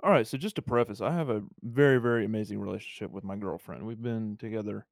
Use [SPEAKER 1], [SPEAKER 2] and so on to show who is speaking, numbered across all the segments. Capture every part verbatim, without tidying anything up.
[SPEAKER 1] All right, so just to preface, I have a very, very amazing relationship with my girlfriend. We've been together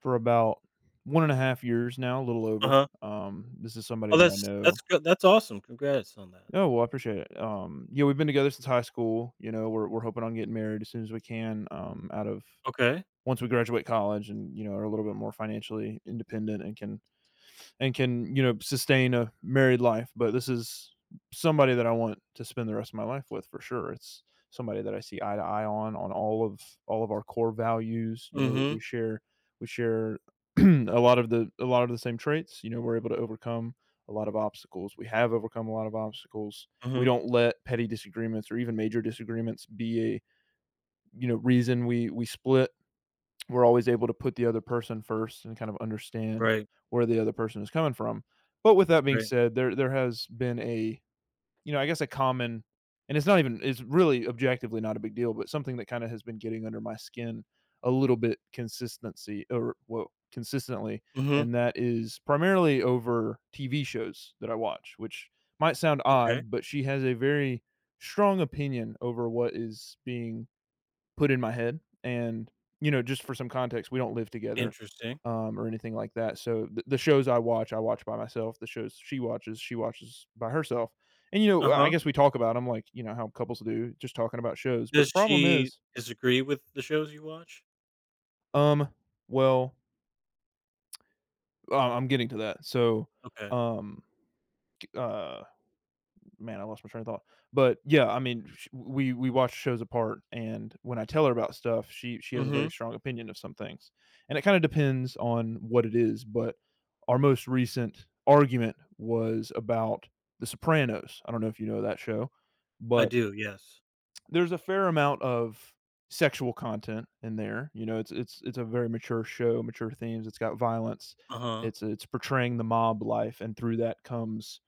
[SPEAKER 1] for about one and a half years now, a little over.
[SPEAKER 2] Uh-huh.
[SPEAKER 1] Um, this is somebody
[SPEAKER 2] Oh,
[SPEAKER 1] that I
[SPEAKER 2] that's
[SPEAKER 1] know.
[SPEAKER 2] that's good, that's awesome, congrats on that.
[SPEAKER 1] Oh well, I appreciate it. Um, yeah, we've been together since high school. You know, we're we're hoping on getting married as soon as we can. Um, out of
[SPEAKER 2] Okay.
[SPEAKER 1] once we graduate college, and you know, are a little bit more financially independent and can and can, you know, sustain a married life. But this is somebody that I want to spend the rest of my life with, for sure. It's somebody that I see eye to eye on on all of all of our core values. You know, we,
[SPEAKER 2] Mhm,
[SPEAKER 1] we share we share a lot of the a lot of the same traits. You know, we're able to overcome a lot of obstacles, we have overcome a lot of obstacles. We
[SPEAKER 2] mhm.
[SPEAKER 1] don't let petty disagreements or even major disagreements be a, you know, reason we we split. We're always able to put the other person first and kind of understand
[SPEAKER 2] Right,
[SPEAKER 1] where the other person is coming from. But with that being
[SPEAKER 2] right.
[SPEAKER 1] said, there there has been a, you know, I guess, a common — and it's not even, it's really objectively not a big deal, but something that kind of has been getting under my skin a little bit consistency, or well, consistently,
[SPEAKER 2] Mhm.
[SPEAKER 1] and that is primarily over T V shows that I watch, which might sound
[SPEAKER 2] Okay,
[SPEAKER 1] odd, but she has a very strong opinion over what is being put in my head. And, you know, just for some context, we don't live together,
[SPEAKER 2] interesting.
[SPEAKER 1] um, or anything like that, so the the shows I watch, I watch by myself, the shows she watches, she watches by herself. And, you know, I
[SPEAKER 2] Uh-huh.
[SPEAKER 1] guess we talk about them like, you know, how couples do, just talking about shows. But the
[SPEAKER 2] Does
[SPEAKER 1] problem
[SPEAKER 2] she
[SPEAKER 1] is,
[SPEAKER 2] disagree with the shows you watch?
[SPEAKER 1] um, well, uh, I'm getting to that, so,
[SPEAKER 2] Okay.
[SPEAKER 1] um, uh man, I lost my train of thought. But yeah, I mean, sh- we we watch shows apart, and when I tell her about stuff, she she has a
[SPEAKER 2] Mhm.
[SPEAKER 1] very strong opinion of some things, and it kind of depends on what it is. But our most recent argument was about The Sopranos. I don't know if you know that show,
[SPEAKER 2] I
[SPEAKER 1] but
[SPEAKER 2] do, yes.
[SPEAKER 1] there's a fair amount of sexual content in there. You know, it's it's it's a very mature show, mature themes. It's got violence.
[SPEAKER 2] Uh-huh.
[SPEAKER 1] It's it's portraying the mob life, and through that comes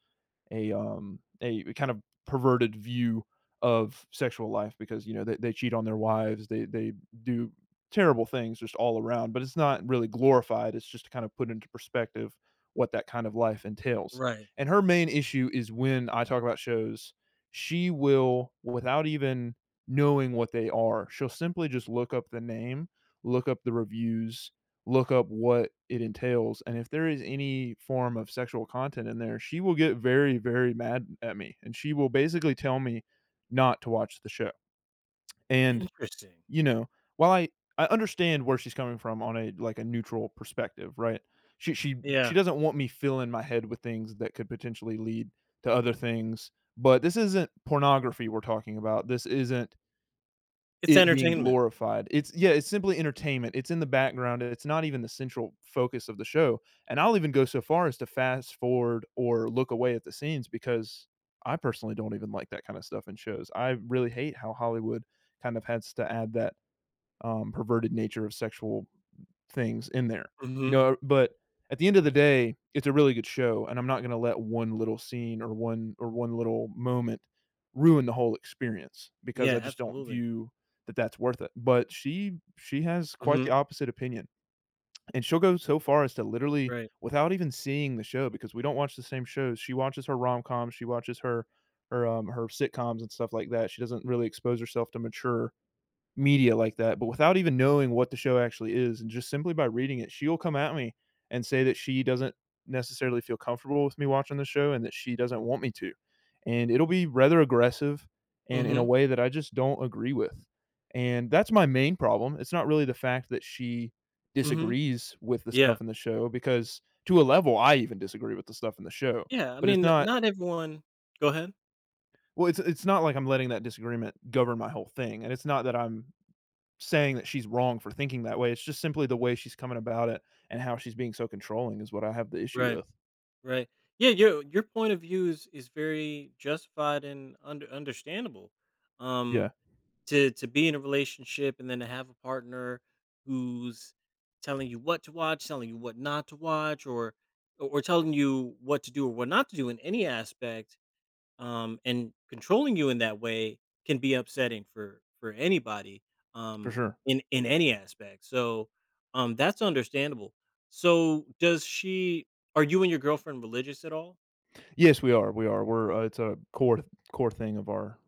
[SPEAKER 1] a um a kind of perverted view of sexual life, because you know, they, they cheat on their wives, they they do terrible things just all around. But it's not really glorified, it's just to kind of put into perspective what that kind of life entails.
[SPEAKER 2] Right.
[SPEAKER 1] And her main issue is, when I talk about shows, she will, without even knowing what they are, she'll simply just look up the name, look up the reviews, look up what it entails. And if there is any form of sexual content in there, she will get very, very mad at me. And she will basically tell me not to watch the show. And,
[SPEAKER 2] Interesting.
[SPEAKER 1] you know, while I, I understand where she's coming from on a like a neutral perspective, right? She she
[SPEAKER 2] Yeah.
[SPEAKER 1] she doesn't want me filling my head with things that could potentially lead to other things. But this isn't pornography we're talking about. This isn't
[SPEAKER 2] It's
[SPEAKER 1] it being
[SPEAKER 2] entertainment.
[SPEAKER 1] glorified. It's, yeah, it's simply entertainment. It's in the background, it's not even the central focus of the show, and I'll even go so far as to fast forward or look away at the scenes, because I personally don't even like that kinda stuff in shows. I really hate how Hollywood kind of has to add that um, perverted nature of sexual things in there, you
[SPEAKER 2] Mhm.
[SPEAKER 1] know. But at the end of the day, it's a really good show, and I'm not gonna let one little scene or one or one little moment ruin the whole experience, because I
[SPEAKER 2] Yeah,
[SPEAKER 1] just don't
[SPEAKER 2] absolutely.
[SPEAKER 1] view that that's worth it. But she she has quite the
[SPEAKER 2] Mhm.
[SPEAKER 1] opposite opinion, and she'll go so far as to literally,
[SPEAKER 2] Right.
[SPEAKER 1] without even seeing the show, because we don't watch the same shows. She watches her rom-coms, she watches her her, um, her sitcoms and stuff like that. She doesn't really expose herself to mature media like that, but without even knowing what the show actually is, and just simply by reading it, she'll come at me and say that she doesn't necessarily feel comfortable with me watching the show, and that she doesn't want me to. And it'll be rather aggressive, and in a
[SPEAKER 2] Mhm,
[SPEAKER 1] way that I just don't agree with. And that's my main problem. It's not really the fact that she
[SPEAKER 2] mhm.
[SPEAKER 1] disagrees with the
[SPEAKER 2] Yeah.
[SPEAKER 1] stuff in the show, because to a level I even disagree with the stuff in the show.
[SPEAKER 2] Yeah, I
[SPEAKER 1] But it's
[SPEAKER 2] mean,
[SPEAKER 1] not —
[SPEAKER 2] not everyone. Go ahead.
[SPEAKER 1] well, it's it's not like I'm letting that disagreement govern my whole thing. And it's not that I'm saying that she's wrong for thinking that way. It's just simply the way she's coming about it and how she's being so controlling is what I have the issue
[SPEAKER 2] Right.
[SPEAKER 1] with.
[SPEAKER 2] Right. Yeah, your your point of view is is very justified and under, understandable.
[SPEAKER 1] Yeah,
[SPEAKER 2] Um to to be in a relationship and then to have a partner who's telling you what to watch, telling you what not to watch, or or telling you what to do or what not to do in any aspect, um, and controlling you in that way can be upsetting for for anybody,
[SPEAKER 1] for
[SPEAKER 2] um,
[SPEAKER 1] sure.
[SPEAKER 2] in in any aspect. So um, that's understandable. So does she? Are you and your girlfriend religious at all?
[SPEAKER 1] Yes, we are. We are. We're uh, it's a core core thing of our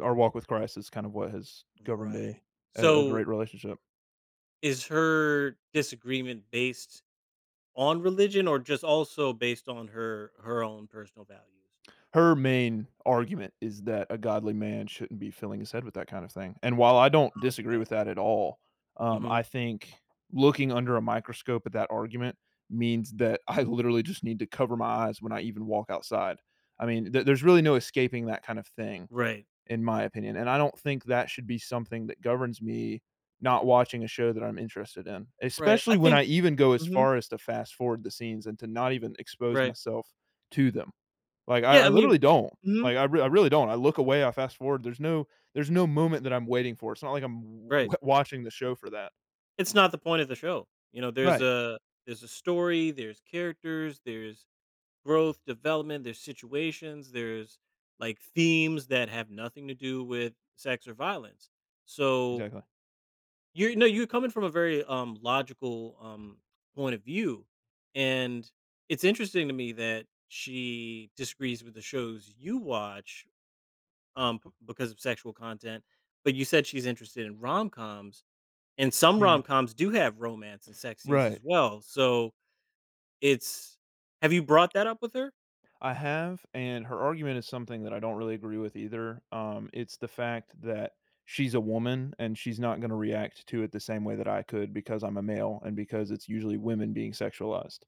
[SPEAKER 1] our walk with Christ is kind of what has governed a
[SPEAKER 2] Right.
[SPEAKER 1] a a
[SPEAKER 2] So
[SPEAKER 1] great relationship.
[SPEAKER 2] is her disagreement based on religion or just also based on her her own personal values?
[SPEAKER 1] Her main argument is that a godly man shouldn't be filling his head with that kind of thing. And while I don't disagree
[SPEAKER 2] Okay.
[SPEAKER 1] with that at all, um,
[SPEAKER 2] Hmm.
[SPEAKER 1] I think looking under a microscope at that argument means that I literally just need to cover my eyes when I even walk outside. I mean, th- there's really no escaping that kind of thing,
[SPEAKER 2] Right.
[SPEAKER 1] in my opinion. And I don't think that should be something that governs me not watching a show that I'm interested in,
[SPEAKER 2] Right. I
[SPEAKER 1] especially when
[SPEAKER 2] think.
[SPEAKER 1] I even go as
[SPEAKER 2] Hmm.
[SPEAKER 1] far as to fast forward the scenes and to not even expose
[SPEAKER 2] Right.
[SPEAKER 1] myself to them. Like, I
[SPEAKER 2] Yeah.
[SPEAKER 1] I
[SPEAKER 2] I mean.
[SPEAKER 1] literally don't.
[SPEAKER 2] Hmm.
[SPEAKER 1] Like, I re I really don't. I look away, I fast forward. There's no there's no moment that I'm waiting for. It's not like I'm w
[SPEAKER 2] Right.
[SPEAKER 1] watching the show for that.
[SPEAKER 2] It's not the point of the show. You know, there's
[SPEAKER 1] Right.
[SPEAKER 2] a there's a story, there's characters, there's growth, development, there's situations, there's like themes that have nothing to do with sex or violence. So
[SPEAKER 1] Exactly.
[SPEAKER 2] you're no, you're coming from a very um logical um point of view. And it's interesting to me that she disagrees with the shows you watch um p- because of sexual content, but you said she's interested in rom coms, and some
[SPEAKER 1] Mm.
[SPEAKER 2] rom-coms do have romance and sex scenes as
[SPEAKER 1] Right.
[SPEAKER 2] well, so it's, have you brought that up with her?
[SPEAKER 1] I have, and her argument is something that I don't really agree with either. Um, it's the fact that she's a woman and she's not gonna react to it the same way that I could, because I'm a male and because it's usually women being sexualized.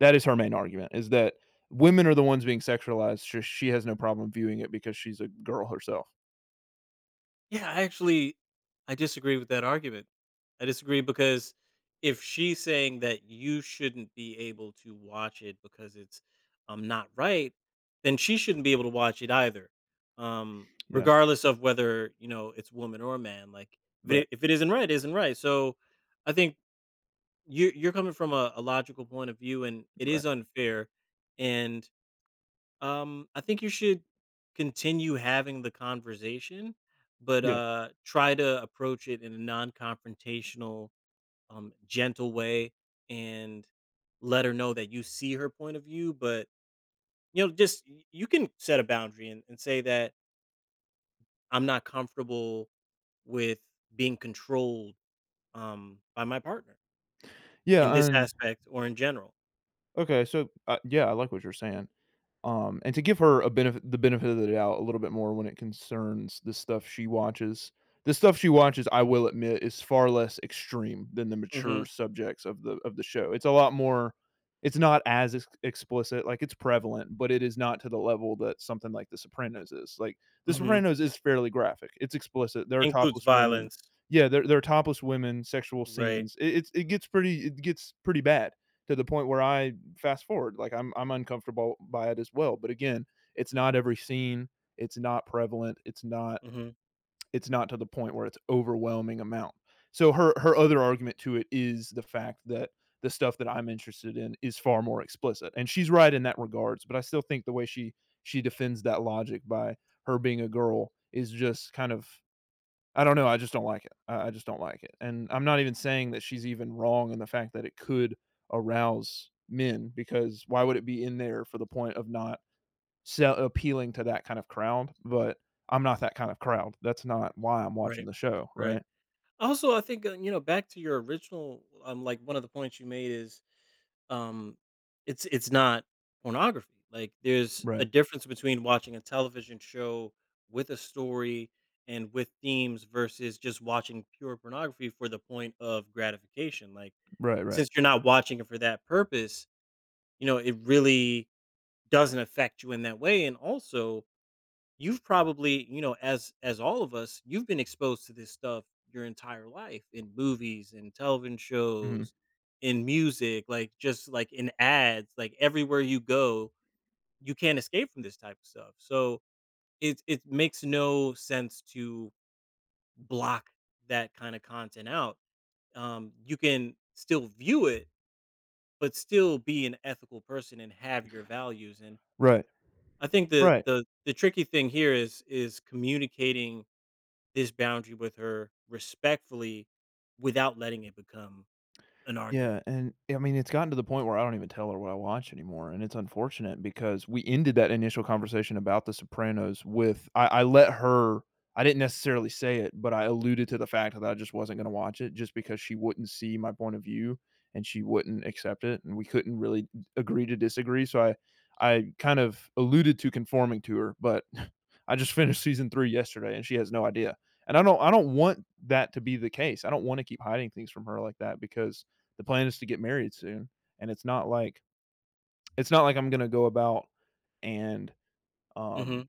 [SPEAKER 1] That is her main argument, is that women are the ones being sexualized. Sh she has no problem viewing it because she's a girl herself.
[SPEAKER 2] "Yeah, I actually I disagree with that argument." I disagree because if she's saying that you shouldn't be able to watch it because it's, um, not right, then she shouldn't be able to watch it either, um,
[SPEAKER 1] Yeah.
[SPEAKER 2] regardless of whether, you know, it's woman or man, like, if
[SPEAKER 1] Right.
[SPEAKER 2] it if it isn't right, it isn't right, so I think You're you're coming from a a logical point of view, and it
[SPEAKER 1] Right.
[SPEAKER 2] is unfair, and, um, I think you should continue having the conversation, but,
[SPEAKER 1] Yeah.
[SPEAKER 2] uh, try to approach it in a non-confrontational, um, gentle way, and let her know that you see her point of view, but, you know, just y you can set a boundary and and say that, "I'm not comfortable with being controlled, um, by my partner in
[SPEAKER 1] Yeah,
[SPEAKER 2] this
[SPEAKER 1] and
[SPEAKER 2] aspect or in general."
[SPEAKER 1] okay, so, uh, yeah, I like what you're saying. Um, and to give her a benefit the benefit of the doubt a little bit more when it concerns the stuff she watches. The stuff she watches, I will admit, is far less extreme than the mature
[SPEAKER 2] Mhm.
[SPEAKER 1] subjects of the of the show. It's a lot more it's not as ex- explicit, like it's prevalent, but it is not to the level that something like The Sopranos is. Like The
[SPEAKER 2] Mhm.
[SPEAKER 1] Sopranos is fairly graphic. It's explicit. There are
[SPEAKER 2] Includes
[SPEAKER 1] topless women.
[SPEAKER 2] violence.
[SPEAKER 1] Yeah, there there are topless women, sexual
[SPEAKER 2] Right.
[SPEAKER 1] scenes. It it's, it gets pretty it gets pretty bad, to the point where I fast forward. Like I'm I'm uncomfortable by it as well. But again, it's not every scene. It's not prevalent. It's not
[SPEAKER 2] Mhm.
[SPEAKER 1] it's not to the point where it's overwhelming amount. So her her other argument to it is the fact that the stuff that I'm interested in is far more explicit. And she's right in that regards, but I still think the way she she defends that logic by her being a girl is just kind of, I don't know, I just don't like it. I I just don't like it, and I'm not even saying that she's even wrong in the fact that it could arouse men, because why would it be in there for the point of not sell appealing to that kind of crowd? But I'm not that kind of crowd. That's not why I'm watching
[SPEAKER 2] Right.
[SPEAKER 1] the show,
[SPEAKER 2] Right.
[SPEAKER 1] right?
[SPEAKER 2] Also, I think, uh, you know, back to your original, um, like, one of the points you made is, um, it's it's not pornography. Like, there's a
[SPEAKER 1] Right.
[SPEAKER 2] difference between watching a television show with a story and with themes versus just watching pure pornography for the point of gratification. Like,
[SPEAKER 1] Right, right.
[SPEAKER 2] since you're not watching it for that purpose, you know, it really doesn't affect you in that way. And also, you've probably, you know, as as all of us, you've been exposed to this stuff your entire life in movies and television
[SPEAKER 1] Mhm.
[SPEAKER 2] shows, in music, like just like in ads, like everywhere you go, you can't escape from this type of stuff. So it it makes no sense to block that kind of content out. Um, you can still view it, but still be an ethical person and have your values. And
[SPEAKER 1] Right.
[SPEAKER 2] I think the
[SPEAKER 1] Right.
[SPEAKER 2] the the tricky thing here is is communicating this boundary with her respectfully without letting it become an
[SPEAKER 1] Yeah,
[SPEAKER 2] argument.
[SPEAKER 1] and I mean, it's gotten to the point where I don't even tell her what I watch anymore, and it's unfortunate because we ended that initial conversation about The Sopranos with I I let her — I didn't necessarily say it, but I alluded to the fact that I just wasn't gonna watch it, just because she wouldn't see my point of view and she wouldn't accept it, and we couldn't really agree to disagree, so I I kind of alluded to conforming to her, but I just finished season three yesterday, and she has no idea, and I don't I don't want that to be the case. I don't wanna keep hiding things from her like that, because the plan is to get married soon, and it's not like it's not like I'm going to go about and um
[SPEAKER 2] Mhm.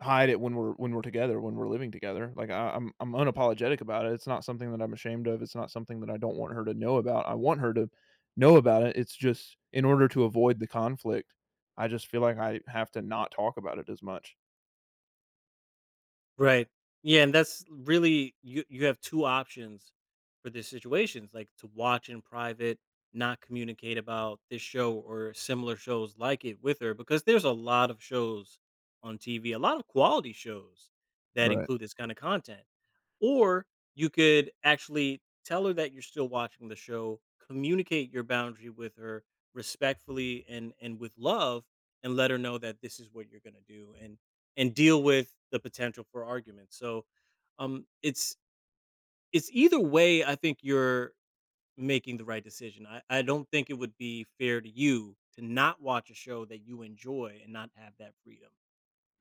[SPEAKER 1] hide it when we're when we're together when we're living together. Like I, i'm i'm unapologetic about it. It's not something that I'm ashamed of, it's not something that I don't want her to know about. I want her to know about it, it's just in order to avoid the conflict, I just feel like I have to not talk about it as much.
[SPEAKER 2] Right. Yeah, and that's really, you you have two options for these situations, like, to watch in private, not communicate about this show or similar shows like it with her, because there's a lot of shows on T V, a lot of quality shows that
[SPEAKER 1] Right.
[SPEAKER 2] include this kinda content. Or you could actually tell her that you're still watching the show, communicate your boundary with her respectfully and and with love, and let her know that this is what you're gonna do and and deal with the potential for argument. So um it's it's either way I think you're making the right decision. I, I don't think it would be fair to you to not watch a show that you enjoy and not have that freedom.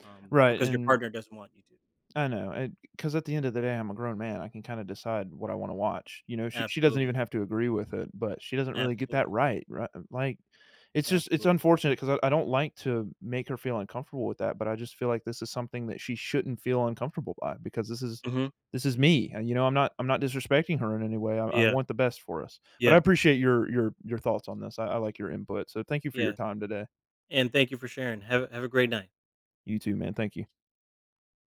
[SPEAKER 2] Um,
[SPEAKER 1] Right,
[SPEAKER 2] because your
[SPEAKER 1] and
[SPEAKER 2] partner doesn't want you to.
[SPEAKER 1] I know, because at the end of the day, I'm a grown man. I can kind of decide what I want to watch. You know, she she doesn't even
[SPEAKER 2] Absolutely.
[SPEAKER 1] have to agree with it, but she doesn't really get
[SPEAKER 2] Absolutely.
[SPEAKER 1] that right, right? Like, it's just it's
[SPEAKER 2] Absolutely.
[SPEAKER 1] unfortunate because I, I don't like to make her feel uncomfortable with that, but I just feel like this is something that she shouldn't feel uncomfortable by, because this is
[SPEAKER 2] Hmm.
[SPEAKER 1] this is me. And you know, I'm not I'm not disrespecting her in any way. I, I
[SPEAKER 2] Yeah.
[SPEAKER 1] want the best for us, but I
[SPEAKER 2] Yeah.
[SPEAKER 1] appreciate your your your thoughts on this. I, I like your input, so thank you for your
[SPEAKER 2] Yeah.
[SPEAKER 1] time today.
[SPEAKER 2] And thank you for sharing. Have have a great night.
[SPEAKER 1] You too, man. Thank you.